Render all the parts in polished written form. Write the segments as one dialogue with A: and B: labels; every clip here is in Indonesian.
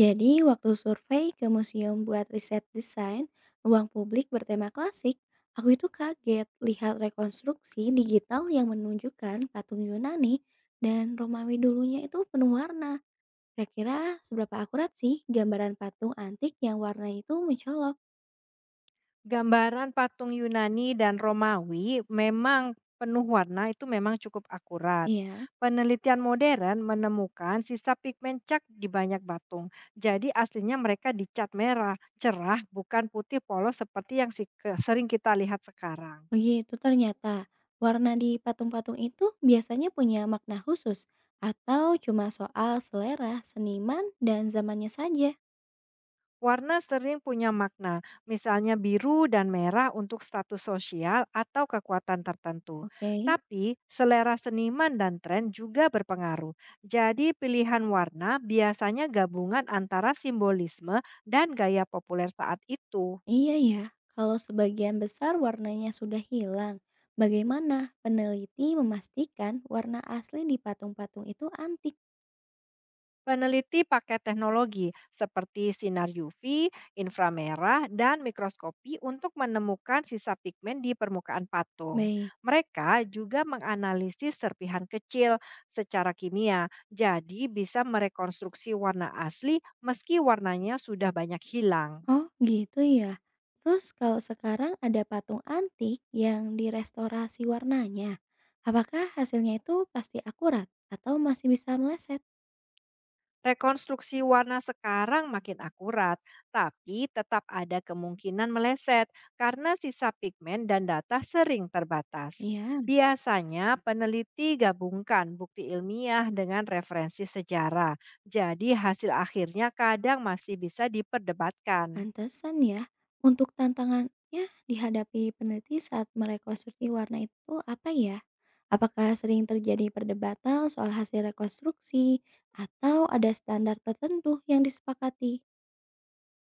A: Jadi, waktu survei ke museum buat riset desain ruang publik bertema klasik, aku itu kaget lihat rekonstruksi digital yang menunjukkan patung Yunani dan Romawi dulunya itu penuh warna. Kira-kira seberapa akurat sih gambaran patung antik yang warna itu mencolok?
B: Gambaran patung Yunani dan Romawi memang penuh warna itu memang cukup akurat.
A: Iya,
B: Penelitian modern menemukan sisa pigmen cat di banyak patung. Jadi aslinya mereka dicat merah, cerah, bukan putih polos seperti yang sering kita lihat sekarang.
A: begitu ternyata. Warna di patung-patung itu biasanya punya makna khusus atau cuma soal selera seniman dan zamannya saja.
B: Warna sering punya makna, misalnya biru dan merah untuk status sosial atau kekuatan tertentu.
A: Oke.
B: Tapi selera seniman dan tren juga berpengaruh. Jadi pilihan warna biasanya gabungan antara simbolisme dan gaya populer saat itu.
A: Iya ya, kalau sebagian besar warnanya sudah hilang, bagaimana peneliti memastikan warna asli di patung-patung itu antik?
B: Peneliti pakai teknologi seperti sinar UV, inframerah, dan mikroskopi untuk menemukan sisa pigmen di permukaan patung.
A: Baik,
B: Mereka juga menganalisis serpihan kecil secara kimia, jadi bisa merekonstruksi warna asli meski warnanya sudah banyak hilang.
A: oh gitu ya. Terus kalau sekarang ada patung antik yang direstorasi warnanya, apakah hasilnya itu pasti akurat atau masih bisa meleset?
B: Rekonstruksi warna sekarang makin akurat, tapi tetap ada kemungkinan meleset karena sisa pigmen dan data sering terbatas.
A: Iya.
B: Biasanya peneliti gabungkan bukti ilmiah dengan referensi sejarah, jadi hasil akhirnya kadang masih bisa diperdebatkan.
A: Pantesan ya. Untuk tantangannya dihadapi peneliti saat merekonstruksi warna itu apa ya? Apakah sering terjadi perdebatan soal hasil rekonstruksi atau ada standar tertentu yang disepakati?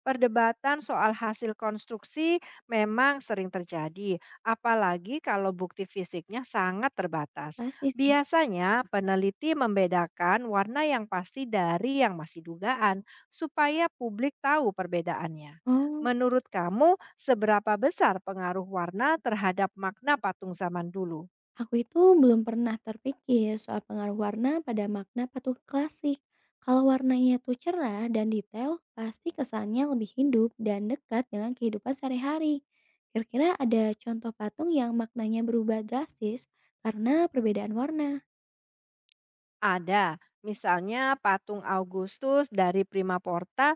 B: Perdebatan soal hasil konstruksi memang sering terjadi, apalagi kalau bukti fisiknya sangat terbatas.
A: Pasti sih.
B: Biasanya, peneliti membedakan warna yang pasti dari yang masih dugaan, supaya publik tahu perbedaannya.
A: Oh,
B: Menurut kamu, seberapa besar pengaruh warna terhadap makna patung zaman dulu?
A: aku itu belum pernah terpikir soal pengaruh warna pada makna patung klasik. Kalau warnanya itu cerah dan detail, pasti kesannya lebih hidup dan dekat dengan kehidupan sehari-hari. Kira-kira ada contoh patung yang maknanya berubah drastis karena perbedaan warna.
B: Ada, misalnya patung Augustus dari Prima Porta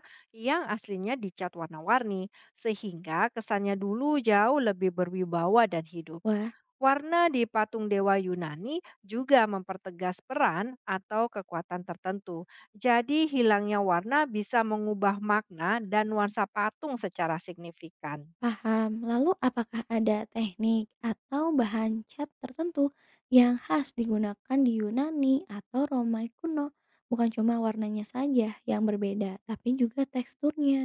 B: yang aslinya dicat warna-warni, sehingga kesannya dulu jauh lebih berwibawa dan hidup.
A: Wah,
B: Warna di patung dewa Yunani juga mempertegas peran atau kekuatan tertentu. Jadi, hilangnya warna bisa mengubah makna dan nuansa patung secara signifikan.
A: paham. Lalu apakah ada teknik atau bahan cat tertentu yang khas digunakan di Yunani atau Romawi kuno? Bukan cuma warnanya saja yang berbeda, tapi juga teksturnya.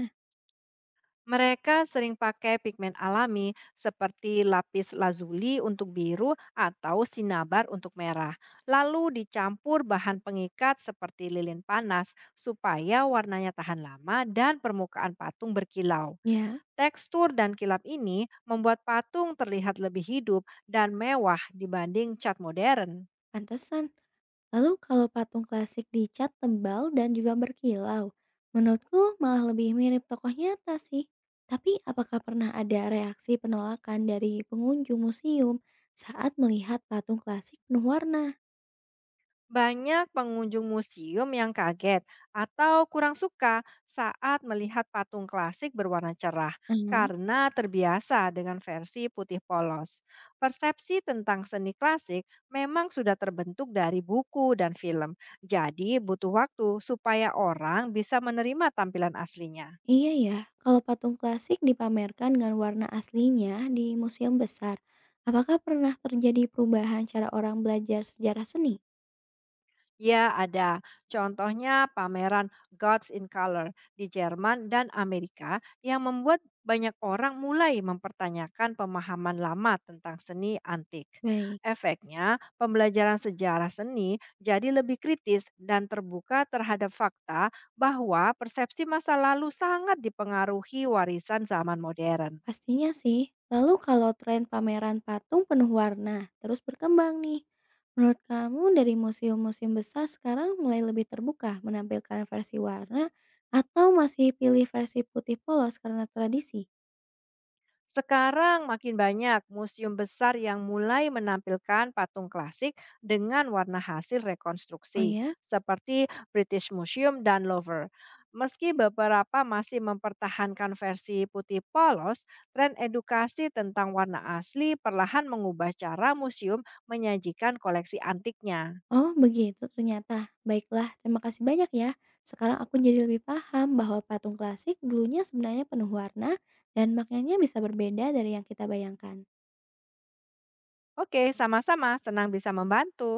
B: Mereka sering pakai pigmen alami seperti lapis lazuli untuk biru atau sinabar untuk merah. Lalu dicampur bahan pengikat seperti lilin panas supaya warnanya tahan lama dan permukaan patung berkilau.
A: Ya,
B: Tekstur dan kilap ini membuat patung terlihat lebih hidup dan mewah dibanding cat modern.
A: pantesan. Lalu kalau patung klasik dicat tebal dan juga berkilau, menurutku malah lebih mirip tokoh nyata sih. Tapi apakah pernah ada reaksi penolakan dari pengunjung museum saat melihat patung klasik penuh warna?
B: Banyak pengunjung museum yang kaget atau kurang suka saat melihat patung klasik berwarna cerah
A: Hmm,
B: karena terbiasa dengan versi putih polos. Persepsi tentang seni klasik memang sudah terbentuk dari buku dan film, jadi butuh waktu supaya orang bisa menerima tampilan aslinya.
A: iya ya, kalau patung klasik dipamerkan dengan warna aslinya di museum besar, apakah pernah terjadi perubahan cara orang belajar sejarah seni?
B: Ya, ada. Contohnya pameran Gods in Color di Jerman dan Amerika yang membuat banyak orang mulai mempertanyakan pemahaman lama tentang seni antik.
A: Baik.
B: Efeknya, pembelajaran sejarah seni jadi lebih kritis dan terbuka terhadap fakta bahwa persepsi masa lalu sangat dipengaruhi warisan zaman modern.
A: Pastinya sih. Lalu kalau tren pameran patung penuh warna terus berkembang nih, menurut kamu dari museum-museum besar sekarang mulai lebih terbuka menampilkan versi warna atau masih pilih versi putih polos karena tradisi?
B: Sekarang makin banyak museum besar yang mulai menampilkan patung klasik dengan warna hasil
A: Oh
B: rekonstruksi,
A: ya?
B: seperti British Museum dan Louvre. Meski beberapa masih mempertahankan versi putih polos, tren edukasi tentang warna asli perlahan mengubah cara museum menyajikan koleksi antiknya.
A: Oh begitu ternyata. Baiklah, terima kasih banyak ya. Sekarang aku jadi lebih paham bahwa patung klasik dulunya sebenarnya penuh warna dan maknanya bisa berbeda dari yang kita bayangkan.
B: Oke, sama-sama, senang bisa membantu.